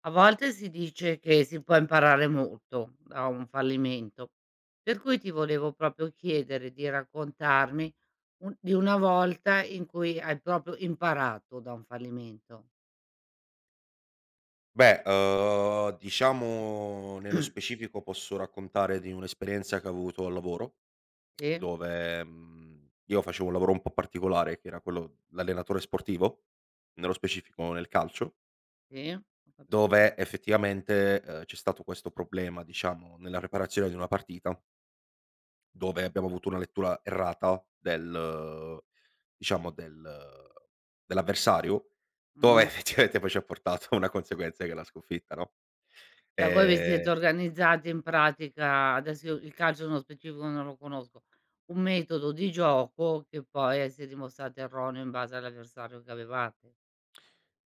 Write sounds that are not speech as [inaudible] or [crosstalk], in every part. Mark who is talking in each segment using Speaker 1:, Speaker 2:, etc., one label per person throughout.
Speaker 1: A volte si dice che si può imparare molto da un fallimento, per cui ti volevo proprio chiedere di raccontarmi un di una volta in cui hai proprio imparato da un fallimento.
Speaker 2: Beh, diciamo nello
Speaker 1: [clears throat]
Speaker 2: specifico posso raccontare di un'esperienza che ho avuto al lavoro,
Speaker 1: Sì,
Speaker 2: dove, io facevo un lavoro un po' particolare che era quello l'allenatore sportivo, nello specifico nel calcio,
Speaker 1: sì, ho capito.
Speaker 2: dove effettivamente, c'è stato questo problema, diciamo, nella preparazione di una partita. Dove abbiamo avuto una lettura errata diciamo del dell'avversario, dove [laughs]
Speaker 1: Mh.
Speaker 2: effettivamente poi ci ha portato a una conseguenza che è la sconfitta, no.
Speaker 1: Cioè voi vi siete
Speaker 2: ehm
Speaker 1: organizzati in pratica, adesso io il calcio nello specifico non lo conosco, un metodo di gioco che poi, si è dimostrato erroneo in base all'avversario che avevate.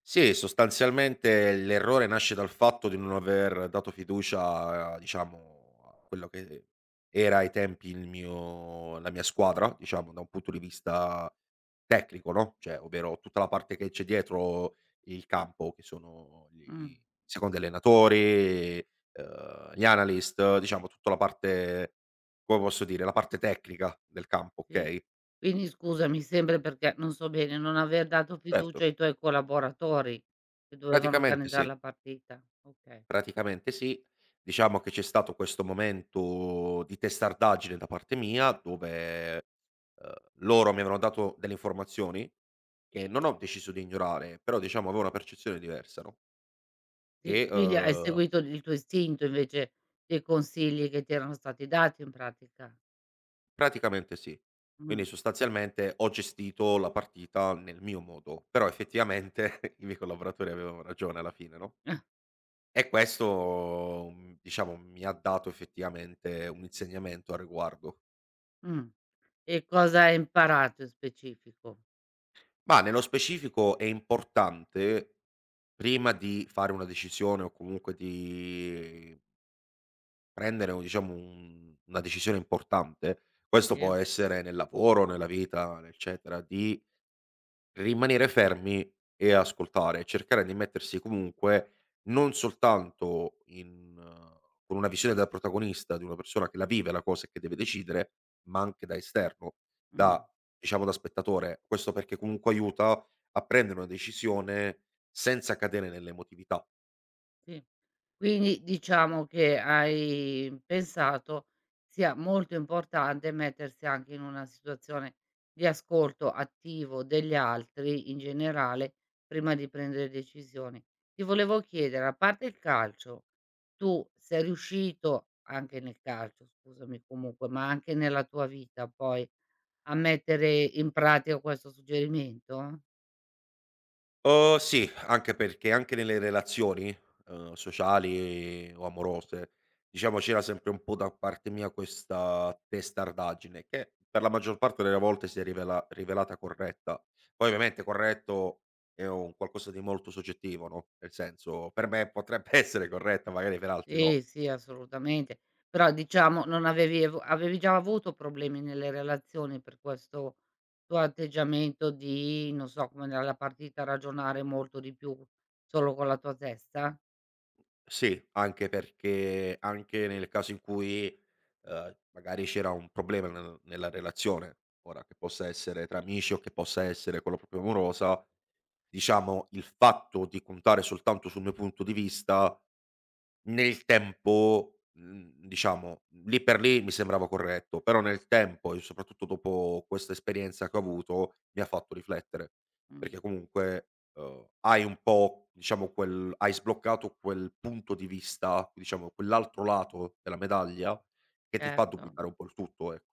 Speaker 2: Sì, sostanzialmente l'errore nasce dal fatto di non aver dato fiducia, diciamo, a quello che era ai tempi il mio la mia squadra, diciamo, da un punto di vista tecnico, no, cioè, ovvero tutta la parte che c'è dietro il campo, che sono gli
Speaker 1: Mh.
Speaker 2: i secondi allenatori, gli analyst, diciamo tutta la parte come posso dire, la parte tecnica del campo,
Speaker 1: Sì.
Speaker 2: okay?
Speaker 1: Quindi scusami, sempre perché non so bene, non aver dato
Speaker 2: Certo,
Speaker 1: fiducia ai tuoi collaboratori che dovevano
Speaker 2: praticamente
Speaker 1: organizzar
Speaker 2: sì.
Speaker 1: la partita. Okay.
Speaker 2: Praticamente sì. Diciamo che c'è stato questo momento di testardaggine da parte mia dove, uhm, loro mi avevano dato delle informazioni che non ho deciso di ignorare, però diciamo avevo una percezione diversa, no,
Speaker 1: Sì,
Speaker 2: e
Speaker 1: quindi hai seguito il tuo istinto invece dei consigli che ti erano stati dati in pratica.
Speaker 2: praticamente sì.
Speaker 1: Mh.
Speaker 2: Quindi sostanzialmente ho gestito la partita nel mio modo, però effettivamente [laughs] i miei collaboratori avevano ragione alla fine, no,
Speaker 1: Ah.
Speaker 2: e questo, diciamo mi ha dato effettivamente un insegnamento a riguardo.
Speaker 1: Mh. [laughs] E cosa hai imparato in specifico?
Speaker 2: Ma nello specifico è importante, prima di fare una decisione o comunque di prendere o diciamo un una decisione importante, questo
Speaker 1: Sì?
Speaker 2: può essere nel lavoro, nella vita, eccetera, di rimanere fermi e ascoltare, cercare di mettersi comunque non soltanto in con una visione da protagonista, di una persona che la vive la cosa e che deve decidere, ma anche da esterno,
Speaker 1: Mh.
Speaker 2: da diciamo da spettatore. Questo perché comunque aiuta a prendere una decisione senza cadere nell'emotività.
Speaker 1: Sì. Quindi diciamo che hai pensato sia molto importante mettersi anche in una situazione di ascolto attivo degli altri in generale prima di prendere decisioni. Ti volevo chiedere, a parte il calcio, tu sei riuscito anche nel calcio, scusami comunque, ma anche nella tua vita poi a mettere in pratica questo suggerimento?
Speaker 2: Sì, anche perché anche nelle relazioni, sociali o amorose, diciamo c'era sempre un po' da parte mia questa testardaggine che per la maggior parte delle volte si è rivelata corretta. Poi ovviamente corretto è un qualcosa di molto soggettivo, no, nel senso per me potrebbe [laughs] essere corretta, magari per altri no.
Speaker 1: Sì, sì, assolutamente. Però diciamo non avevi già avuto problemi nelle relazioni per questo tuo atteggiamento di, non so, come andare alla partita, ragionare molto di più solo con la tua testa?
Speaker 2: Sì, anche perché anche nel caso in cui, magari c'era un problema nella relazione, ora che possa essere tra amici o che possa essere quella proprio amorosa, diciamo il fatto di contare soltanto sul mio punto di vista nel tempo, diciamo, lì per lì mi sembrava corretto, però nel tempo e soprattutto dopo questa esperienza che ho avuto, mi ha fatto riflettere,
Speaker 1: Mh.
Speaker 2: perché comunque, hai un po' diciamo quel hai sbloccato quel punto di vista, diciamo quell'altro lato della medaglia, che ti fa
Speaker 1: Certo.
Speaker 2: dubitare un po' il tutto, ecco.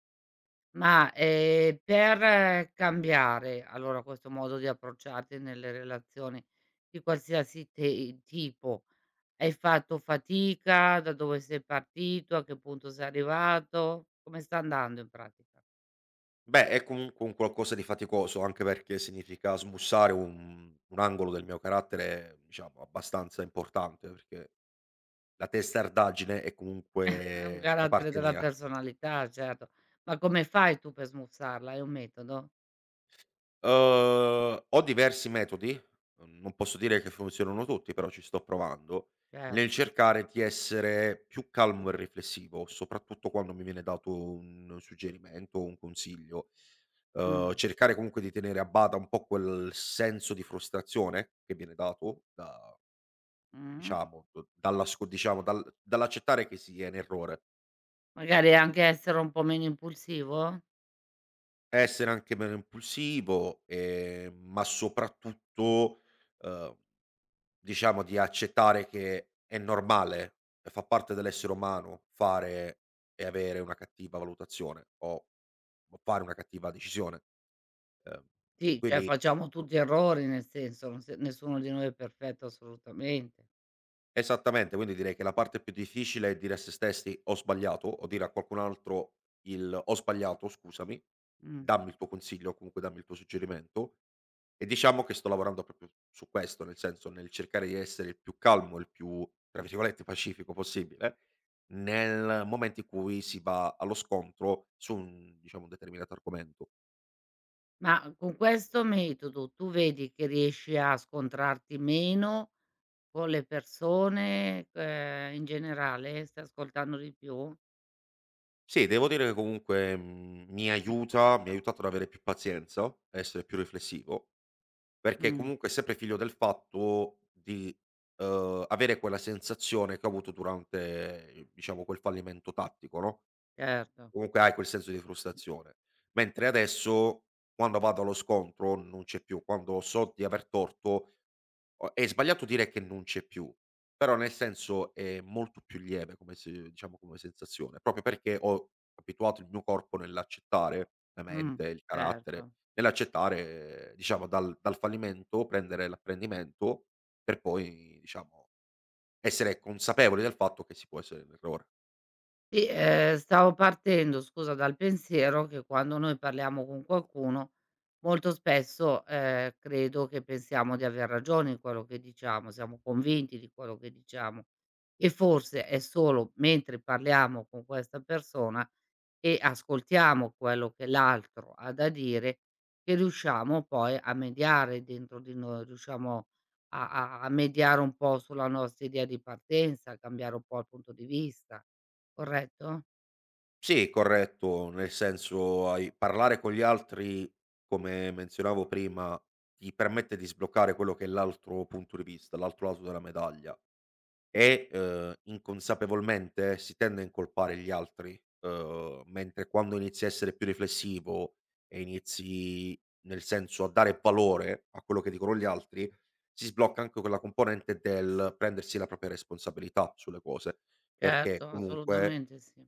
Speaker 1: Ma, per cambiare allora questo modo di approcciarti nelle relazioni di qualsiasi te tipo, hai fatto fatica? Da dove sei partito? A che punto sei arrivato? Come sta andando in pratica?
Speaker 2: Beh, è comunque un qualcosa di faticoso, anche perché significa smussare un angolo del mio carattere, diciamo abbastanza importante, perché la testardaggine è
Speaker 1: È un
Speaker 2: comunque da
Speaker 1: carattere
Speaker 2: parte
Speaker 1: della
Speaker 2: mia.
Speaker 1: personalità, certo. Ma come fai tu per smussarla? Hai un metodo?
Speaker 2: Ho diversi metodi, non posso dire che funzionano tutti, però ci sto provando,
Speaker 1: Cioè
Speaker 2: nel cercare di essere più calmo e riflessivo, soprattutto quando mi viene dato un suggerimento o un consiglio. Uhm,
Speaker 1: mh,
Speaker 2: cercare comunque di tenere a bada un po' quel senso di frustrazione che viene dato da
Speaker 1: mh.
Speaker 2: diciamo, d dalla sco diciamo dal dall'accettare che si è in errore.
Speaker 1: Magari anche essere un po' meno impulsivo?
Speaker 2: Essere anche meno impulsivo, ma soprattutto, uhm, diciamo di accettare che è normale e fa parte dell'essere umano fare e avere una cattiva valutazione o fare una cattiva decisione. Ehm,
Speaker 1: Sì, cioè
Speaker 2: quindi
Speaker 1: facciamo tutti errori, nel senso, non se nessuno di noi è perfetto assolutamente.
Speaker 2: esattamente, quindi direi che la parte più difficile è dire a se stessi: "Ho sbagliato" o dire a qualcun altro il: "Ho sbagliato, scusami,
Speaker 1: Mh.
Speaker 2: dammi il tuo consiglio o comunque dammi il tuo suggerimento." E diciamo che sto lavorando proprio su questo, nel senso, nel cercare di essere il più calmo, il più, tra virgolette, "pacifico" possibile, nel momento in cui si va allo scontro su un diciamo, un determinato argomento.
Speaker 1: Ma con questo metodo tu vedi che riesci a scontrarti meno con le persone, in generale? Stai ascoltando di più?
Speaker 2: Sì, devo dire che comunque, mi ha aiutato ad avere più pazienza, a essere più riflessivo, perché
Speaker 1: Mh,
Speaker 2: comunque è sempre figlio del fatto di, avere quella sensazione che ho avuto durante, diciamo, quel fallimento tattico, no?
Speaker 1: certo.
Speaker 2: Comunque hai quel senso di frustrazione. Mentre adesso, quando vado allo scontro, non c'è più. Quando so di aver torto, o è sbagliato dire che non c'è più, però nel senso è molto più lieve come se diciamo come sensazione, proprio perché ho abituato il mio corpo nell'accettare, la
Speaker 1: Mh,
Speaker 2: mente, il carattere,
Speaker 1: certo.
Speaker 2: nell'accettare diciamo dal fallimento prendere l'apprendimento per poi diciamo essere consapevoli del fatto che si può essere in errore.
Speaker 1: Sì, stavo partendo, scusa, dal pensiero che quando noi parliamo con qualcuno, molto spesso, credo che pensiamo di aver ragione in quello che diciamo, siamo convinti di quello che diciamo e forse è solo mentre parliamo con questa persona e ascoltiamo quello che l'altro ha da dire, che riusciamo poi a mediare dentro di noi, riusciamo a mediare un po' sulla nostra idea di partenza, cambiare un po' il punto di vista, corretto?
Speaker 2: Sì, corretto, nel senso hai parlare con gli altri, come menzionavo prima, ti permette di sbloccare quello che è l'altro punto di vista, l'altro lato della medaglia e, inconsapevolmente si tende a incolpare gli altri, mentre quando inizi a essere più riflessivo e inizi, nel senso, a dare valore a quello che dicono gli altri, si sblocca anche quella componente del prendersi la propria responsabilità sulle cose, perché
Speaker 1: Certo,
Speaker 2: comunque
Speaker 1: assolutamente sì.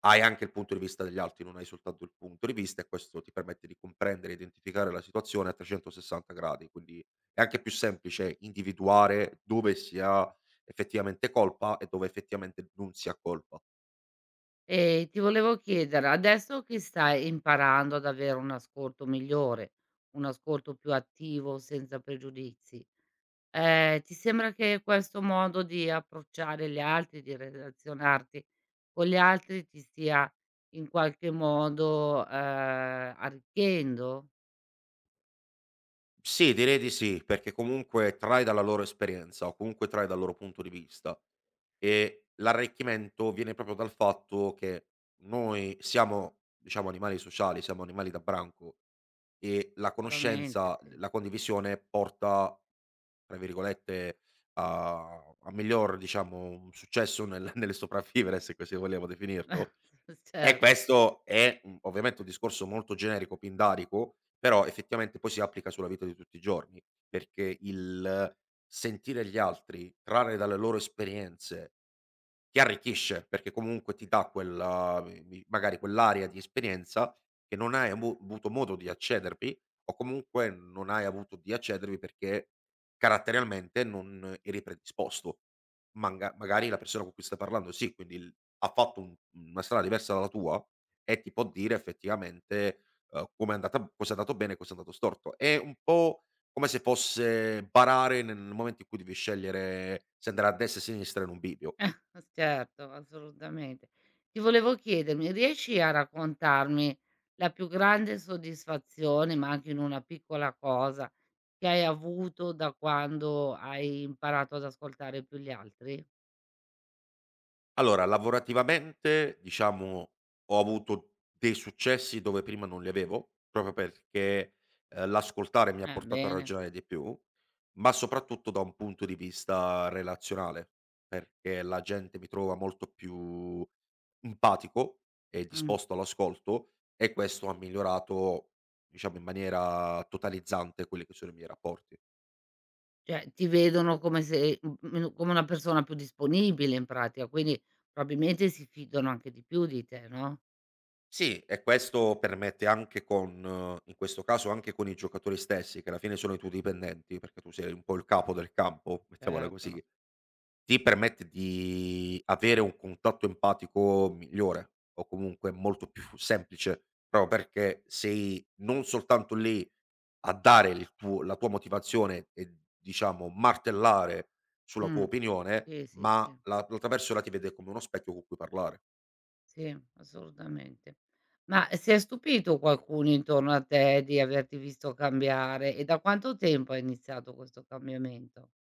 Speaker 2: hai anche il punto di vista degli altri, non hai soltanto il punto di vista e questo ti permette di comprendere e identificare la situazione a 360 gradi, quindi è anche più semplice individuare dove si ha effettivamente colpa e dove effettivamente non si ha colpa.
Speaker 1: E ti volevo chiedere, adesso che stai imparando ad avere un ascolto migliore, un ascolto più attivo senza pregiudizi. Ti sembra che questo modo di approcciare gli altri, di relazionarti con gli altri ti stia in qualche modo, arricchendo?
Speaker 2: Sì, direi di sì, perché comunque trai dalla loro esperienza o comunque trai dal loro punto di vista e l'arricchimento viene proprio dal fatto che noi siamo, diciamo, animali sociali, siamo animali da branco. E la
Speaker 1: Sicuramente
Speaker 2: conoscenza
Speaker 1: sì.
Speaker 2: la condivisione porta, tra virgolette, a miglior, diciamo, successo nel [laughs] nel sopravvivere, se così vogliamo
Speaker 1: [laughs]
Speaker 2: definirlo. E
Speaker 1: Certo,
Speaker 2: questo è, ovviamente un discorso molto generico, pindarico, però effettivamente poi si applica sulla vita di tutti i giorni, perché il sentire gli altri, trarre dalle loro esperienze ti arricchisce, perché comunque ti dà quella mi mi magari quell'area di esperienza che non hai amu avuto modo di accedervi o comunque non hai avuto di accedervi perché caratterialmente non eri predisposto. Manga magari la persona con cui stai parlando sì, quindi il ha fatto un una strada diversa dalla tua e ti può dire effettivamente, com'è andata cos'è andato bene e cos'è andato storto. È un po' come se fosse barare nel momento in cui devi scegliere se andare a destra e a sinistra in un bivio.
Speaker 1: certo, assolutamente. Ti volevo chiedermi, riesci a raccontarmi la più grande soddisfazione, ma anche in una piccola cosa, che hai avuto da quando hai imparato ad ascoltare più gli altri?
Speaker 2: Allora, lavorativamente diciamo ho avuto dei successi dove prima non li avevo, proprio perché, l'ascoltare mi ha portato a
Speaker 1: Bene.
Speaker 2: ragionare di più, ma soprattutto da un punto di vista relazionale, perché la gente mi trova molto più empatico e
Speaker 1: Mh.
Speaker 2: disposto all'ascolto e questo ha migliorato, diciamo in maniera totalizzante quelli che sono i miei rapporti.
Speaker 1: Cioè, ti vedono come se come una persona più disponibile in pratica, quindi probabilmente si fidano anche di più di te, no,
Speaker 2: Sì, e questo permette anche con in questo caso anche con i giocatori stessi, che alla fine sono i tuoi dipendenti, perché tu sei un po' il capo del campo, mettiamola
Speaker 1: certo.
Speaker 2: così, ti permette di avere un contatto empatico migliore o comunque molto più [laughs] semplice, proprio perché sei non soltanto lì a dare il tuo la tua motivazione e diciamo martellare sulla tua
Speaker 1: Mh.
Speaker 2: opinione,
Speaker 1: Sì, sì,
Speaker 2: ma
Speaker 1: sì.
Speaker 2: la l'altra persona ti vede come uno specchio con cui parlare.
Speaker 1: Sì, assolutamente. Ma si è stupito qualcuno intorno a te di averti visto cambiare e da quanto tempo è iniziato questo cambiamento?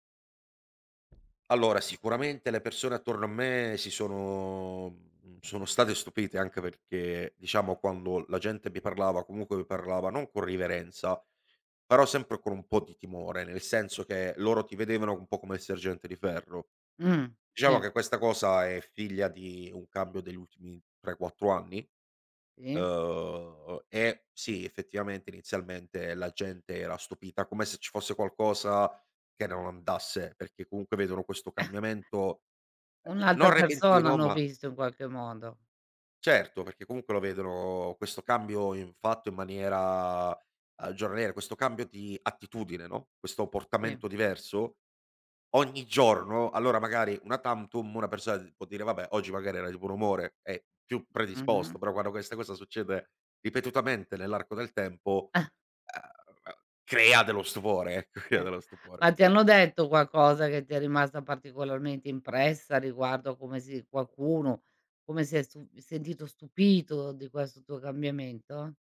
Speaker 2: Allora, sicuramente le persone attorno a me sono state stupite, anche perché, diciamo, quando la gente mi parlava, comunque mi parlava non con riverenza, però sempre con un po' di timore, nel senso che loro ti vedevano un po' come il sergente di ferro.
Speaker 1: Mh, sì,
Speaker 2: Diciamo che questa cosa è figlia di un cambio degli ultimi 3, 4 anni,
Speaker 1: sì.
Speaker 2: e sì, effettivamente inizialmente la gente era stupita, come se ci fosse qualcosa che non andasse, perché comunque vedono questo cambiamento, Ehm,
Speaker 1: Un'altra
Speaker 2: Non
Speaker 1: persona
Speaker 2: repentino,
Speaker 1: hanno
Speaker 2: ma
Speaker 1: visto in qualche modo.
Speaker 2: certo, perché comunque lo vedono questo cambio in fatto in maniera, giornaliera, questo cambio di attitudine, no, questo
Speaker 1: Sì.
Speaker 2: portamento diverso ogni giorno. Allora magari una tantum una persona d può dire: "Vabbè, oggi magari era di buon umore, è più
Speaker 1: Mh-mh.
Speaker 2: predisposto", però quando questa cosa succede ripetutamente nell'arco del tempo,
Speaker 1: [laughs]
Speaker 2: uhm, crea dello stupore, ecco, [laughs] crea
Speaker 1: Eh.
Speaker 2: dello stupore.
Speaker 1: Ma ti hanno detto qualcosa che ti è rimasta particolarmente impressa riguardo a come si qualcuno come si è stu sentito stupito di questo tuo cambiamento?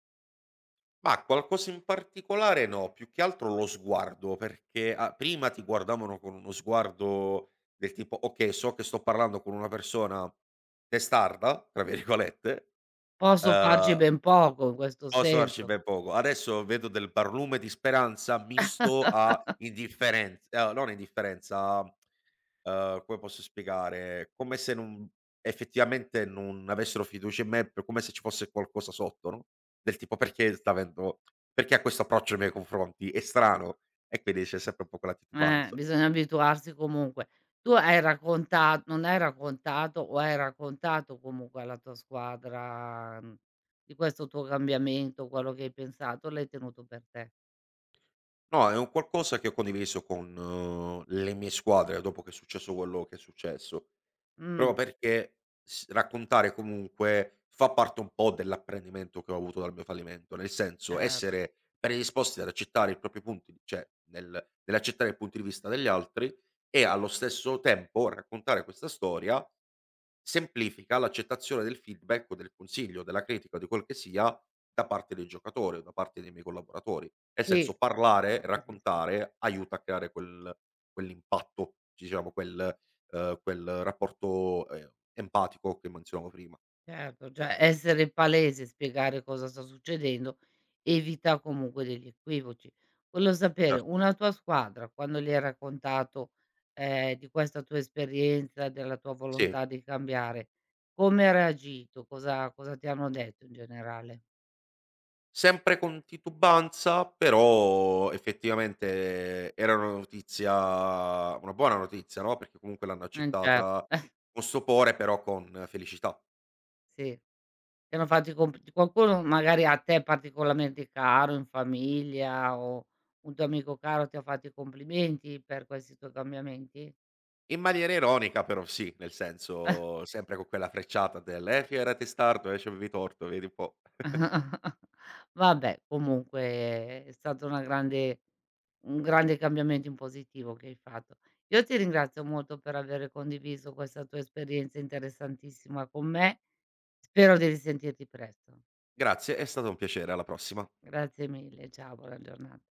Speaker 2: Ma qualcosa in particolare no, più che altro lo sguardo, perché a prima ti guardavano con uno sguardo del tipo: "Okay, so che sto parlando con una persona testarda", tra virgolette,
Speaker 1: Posso farci
Speaker 2: ehm,
Speaker 1: ben poco in questo
Speaker 2: posso darci
Speaker 1: senso.
Speaker 2: ben poco. Adesso vedo del barlume di speranza misto a indifferenz non indifferenza. Come posso spiegare, come se non effettivamente non avessero fiducia in me, p come se ci fosse qualcosa sotto, no, del tipo: "Perché sta avendo perché ha questo approccio nei miei confronti? È strano". E quindi c'è sempre un po' quella titubanza.
Speaker 1: Bisogna abituarsi comunque. Tu hai racconta Non hai raccontato o hai raccontato comunque alla tua squadra, mhmm, di questo tuo cambiamento, quello che hai pensato, l'hai tenuto per te.
Speaker 2: No, è un qualcosa che ho condiviso con, le mie squadre dopo che è successo quello che è successo, proprio
Speaker 1: Mh,
Speaker 2: perché s raccontare comunque fa parte un po' dell'apprendimento che ho avuto dal mio fallimento, nel senso
Speaker 1: cer
Speaker 2: essere predisposti ad accettare i propri punti di cioè nell'accettare il punto di vista degli altri e allo stesso tempo raccontare questa storia semplifica l'accettazione del feedback o del consiglio, della critica o di quel che sia da parte del giocatore o da parte dei miei collaboratori. Nel
Speaker 1: sì,
Speaker 2: senso parlare,
Speaker 1: sì, sì, sì.
Speaker 2: raccontare aiuta a creare quell'impatto, diciamo quel rapporto, empatico che menzionavo prima.
Speaker 1: Certo, cioè essere palese, spiegare cosa sta succedendo evita comunque degli equivoci. Volevo sapere,
Speaker 2: Certo,
Speaker 1: una tua squadra quando gli hai raccontato, di questa tua esperienza, della tua
Speaker 2: sì.
Speaker 1: volontà di cambiare, come ha reagito? Cosa ti hanno detto in generale?
Speaker 2: Sempre con titubanza, però effettivamente era una buona notizia, no, perché comunque l'hanno
Speaker 1: Certo,
Speaker 2: accettata
Speaker 1: [laughs] eh
Speaker 2: con stupore, però con felicità.
Speaker 1: sì. Ti hanno fatto i compiti qualcuno magari a te particolarmente caro, in famiglia o un tuo amico caro ti ha fatto i complimenti per questi tuoi cambiamenti?
Speaker 2: In maniera ironica però sì, nel senso sempre con quella frecciata del: fi, era testardo, ci avevi torto, vedi un po'".
Speaker 1: [laughs] Vabbè, comunque è stata una grande un grande cambiamento in positivo che hai fatto. Io ti ringrazio molto per aver condiviso questa tua esperienza interessantissima con me. Spero di risentirti presto.
Speaker 2: Grazie, è stato un piacere, alla prossima.
Speaker 1: Grazie mille, ciao, buona giornata.